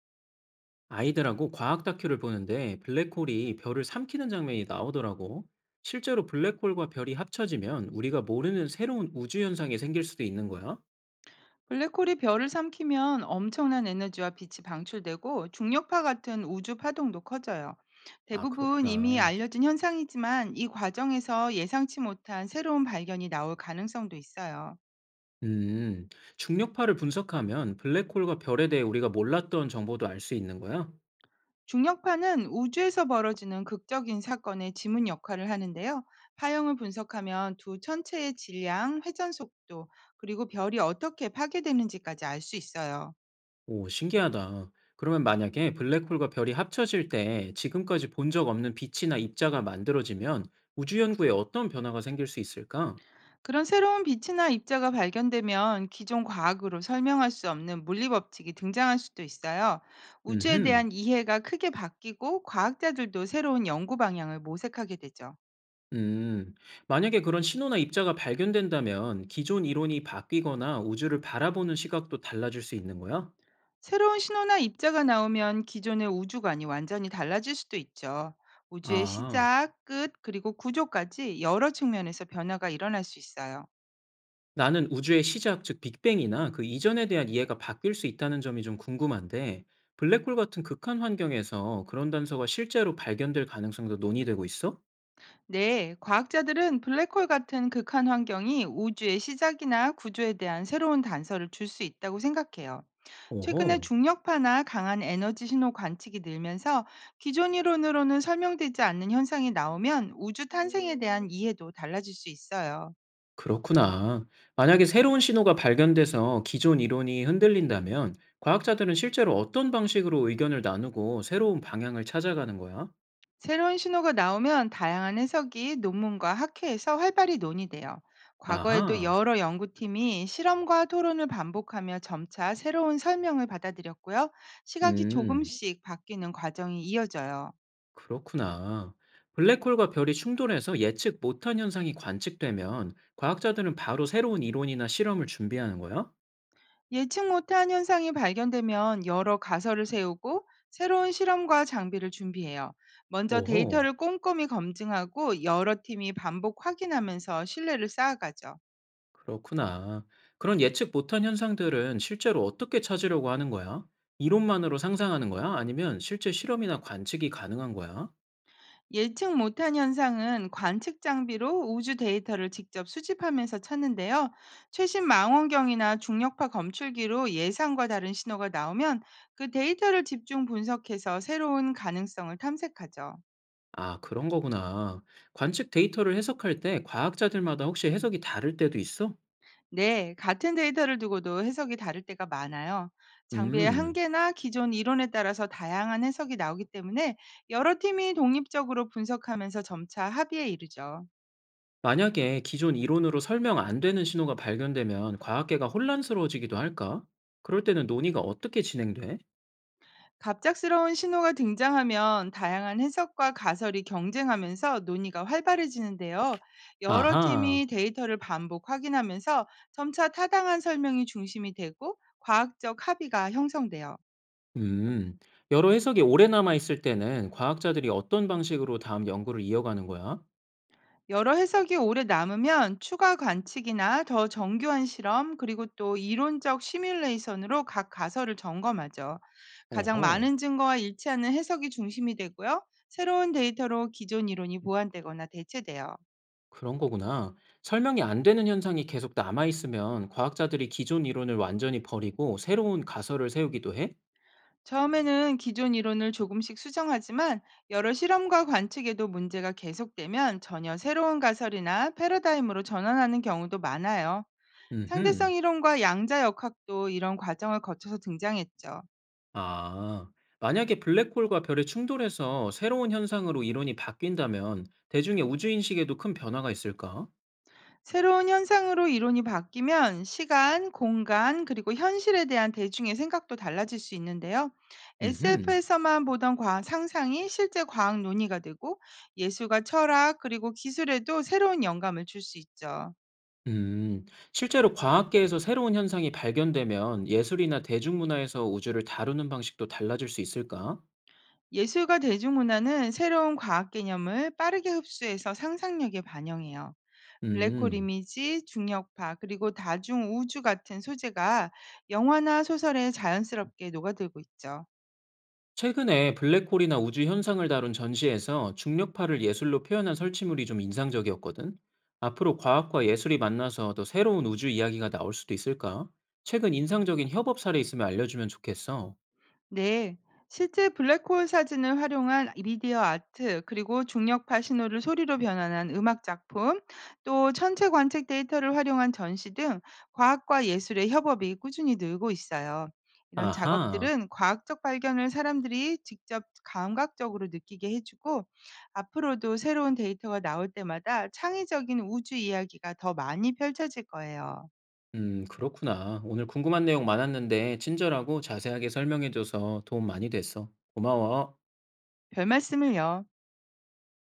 아이들하고 과학 다큐를 보는데 블랙홀이 별을 삼키는 장면이 나오더라고. 실제로 블랙홀과 별이 합쳐지면 우리가 모르는 새로운 우주 현상이 생길 수도 있는 거야? 블랙홀이 별을 삼키면 엄청난 에너지와 빛이 방출되고 중력파 같은 우주 파동도 커져요. 아, 대부분 이미 그렇구나. 알려진 현상이지만 이 과정에서 예상치 못한 새로운 발견이 나올 가능성도 있어요. 음, 중력파를 분석하면 블랙홀과 별에 대해 우리가 몰랐던 정보도 알 수 있는 거야? 중력파는 우주에서 벌어지는 극적인 사건의 지문 역할을 하는데요. 파형을 분석하면 두 천체의 질량, 회전 속도, 그리고 별이 어떻게 파괴되는지까지 알 수 있어요. 오, 신기하다. 그러면 만약에 블랙홀과 별이 합쳐질 때 지금까지 본 적 없는 빛이나 입자가 만들어지면 우주 연구에 어떤 변화가 생길 수 있을까? 그런 새로운 빛이나 입자가 발견되면 기존 과학으로 설명할 수 없는 물리 법칙이 등장할 수도 있어요. 우주에 음흠. 대한 이해가 크게 바뀌고 과학자들도 새로운 연구 방향을 모색하게 되죠. 음, 만약에 그런 신호나 입자가 발견된다면 기존 이론이 바뀌거나 우주를 바라보는 시각도 달라질 수 있는 거야? 새로운 신호나 입자가 나오면 기존의 우주관이 완전히 달라질 수도 있죠. 우주의 아, 시작, 끝, 그리고 구조까지 여러 측면에서 변화가 일어날 수 있어요. 나는 우주의 시작, 즉 빅뱅이나 그 이전에 대한 이해가 바뀔 수 있다는 점이 좀 궁금한데, 블랙홀 같은 극한 환경에서 그런 단서가 실제로 발견될 가능성도 논의되고 있어? 네, 과학자들은 블랙홀 같은 극한 환경이 우주의 시작이나 구조에 대한 새로운 단서를 줄 수 있다고 생각해요. 최근에 오호, 중력파나 강한 에너지 신호 관측이 늘면서 기존 이론으로는 설명되지 않는 현상이 나오면 우주 탄생에 대한 이해도 달라질 수 있어요. 그렇구나. 만약에 새로운 신호가 발견돼서 기존 이론이 흔들린다면, 과학자들은 실제로 어떤 방식으로 의견을 나누고 새로운 방향을 찾아가는 거야? 새로운 신호가 나오면 다양한 해석이 논문과 학회에서 활발히 논의돼요. 과거에도 아하. 여러 연구팀이 실험과 토론을 반복하며 점차 새로운 설명을 받아들였고요. 시각이 음. 조금씩 바뀌는 과정이 이어져요. 그렇구나. 블랙홀과 별이 충돌해서 예측 못한 현상이 관측되면 과학자들은 바로 새로운 이론이나 실험을 준비하는 거야? 예측 못한 현상이 발견되면 여러 가설을 세우고 새로운 실험과 장비를 준비해요. 먼저 오호. 데이터를 꼼꼼히 검증하고 여러 팀이 반복 확인하면서 신뢰를 쌓아가죠. 그렇구나. 그런 예측 못한 현상들은 실제로 어떻게 찾으려고 하는 거야? 이론만으로 상상하는 거야? 아니면 실제 실험이나 관측이 가능한 거야? 예측 못한 현상은 관측 장비로 우주 데이터를 직접 수집하면서 찾는데요. 최신 망원경이나 중력파 검출기로 예상과 다른 신호가 나오면 그 데이터를 집중 분석해서 새로운 가능성을 탐색하죠. 아, 그런 거구나. 관측 데이터를 해석할 때 과학자들마다 혹시 해석이 다를 때도 있어? 네, 같은 데이터를 두고도 해석이 다를 때가 많아요. 장비의 음. 한계나 기존 이론에 따라서 다양한 해석이 나오기 때문에 여러 팀이 독립적으로 분석하면서 점차 합의에 이르죠. 만약에 기존 이론으로 설명 안 되는 신호가 발견되면 과학계가 혼란스러워지기도 할까? 그럴 때는 논의가 어떻게 진행돼? 갑작스러운 신호가 등장하면 다양한 해석과 가설이 경쟁하면서 논의가 활발해지는데요. 여러 팀이 아하, 데이터를 반복 확인하면서 점차 타당한 설명이 중심이 되고 과학적 합의가 형성돼요. 음. 여러 해석이 오래 남아있을 때는 과학자들이 어떤 방식으로 다음 연구를 이어가는 거야? 여러 해석이 오래 남으면 추가 관측이나 더 정교한 실험, 그리고 또 이론적 시뮬레이션으로 각 가설을 점검하죠. 가장 오호, 많은 증거와 일치하는 해석이 중심이 되고요. 새로운 데이터로 기존 이론이 보완되거나 대체돼요. 그런 거구나. 설명이 안 되는 현상이 계속 남아있으면 과학자들이 기존 이론을 완전히 버리고 새로운 가설을 세우기도 해? 처음에는 기존 이론을 조금씩 수정하지만 여러 실험과 관측에도 문제가 계속되면 전혀 새로운 가설이나 패러다임으로 전환하는 경우도 많아요. 음흠. 상대성 이론과 양자 역학도 이런 과정을 거쳐서 등장했죠. 아, 만약에 블랙홀과 별의 충돌에서 새로운 현상으로 이론이 바뀐다면 대중의 우주인식에도 큰 변화가 있을까? 새로운 현상으로 이론이 바뀌면 시간, 공간, 그리고 현실에 대한 대중의 생각도 달라질 수 있는데요. 음흠. SF에서만 보던 과학 상상이 실제 과학 논의가 되고 예술과 철학, 그리고 기술에도 새로운 영감을 줄 수 있죠. 음, 실제로 과학계에서 새로운 현상이 발견되면 예술이나 대중문화에서 우주를 다루는 방식도 달라질 수 있을까? 예술과 대중문화는 새로운 과학 개념을 빠르게 흡수해서 상상력에 반영해요. 블랙홀 음. 이미지, 중력파, 그리고 다중 우주 같은 소재가 영화나 소설에 자연스럽게 녹아들고 있죠. 최근에 블랙홀이나 우주 현상을 다룬 전시에서 중력파를 예술로 표현한 설치물이 좀 인상적이었거든. 앞으로 과학과 예술이 만나서 더 새로운 우주 이야기가 나올 수도 있을까? 최근 인상적인 협업 사례 있으면 알려주면 좋겠어. 네. 실제 블랙홀 사진을 활용한 미디어 아트, 그리고 중력파 신호를 소리로 변환한 음악 작품, 또 천체 관측 데이터를 활용한 전시 등 과학과 예술의 협업이 꾸준히 늘고 있어요. 이런 아하, 작업들은 과학적 발견을 사람들이 직접 감각적으로 느끼게 해주고, 앞으로도 새로운 데이터가 나올 때마다 창의적인 우주 이야기가 더 많이 펼쳐질 거예요. 그렇구나. 오늘 궁금한 내용 많았는데 친절하고 자세하게 설명해줘서 도움 많이 됐어. 고마워. 별 말씀을요.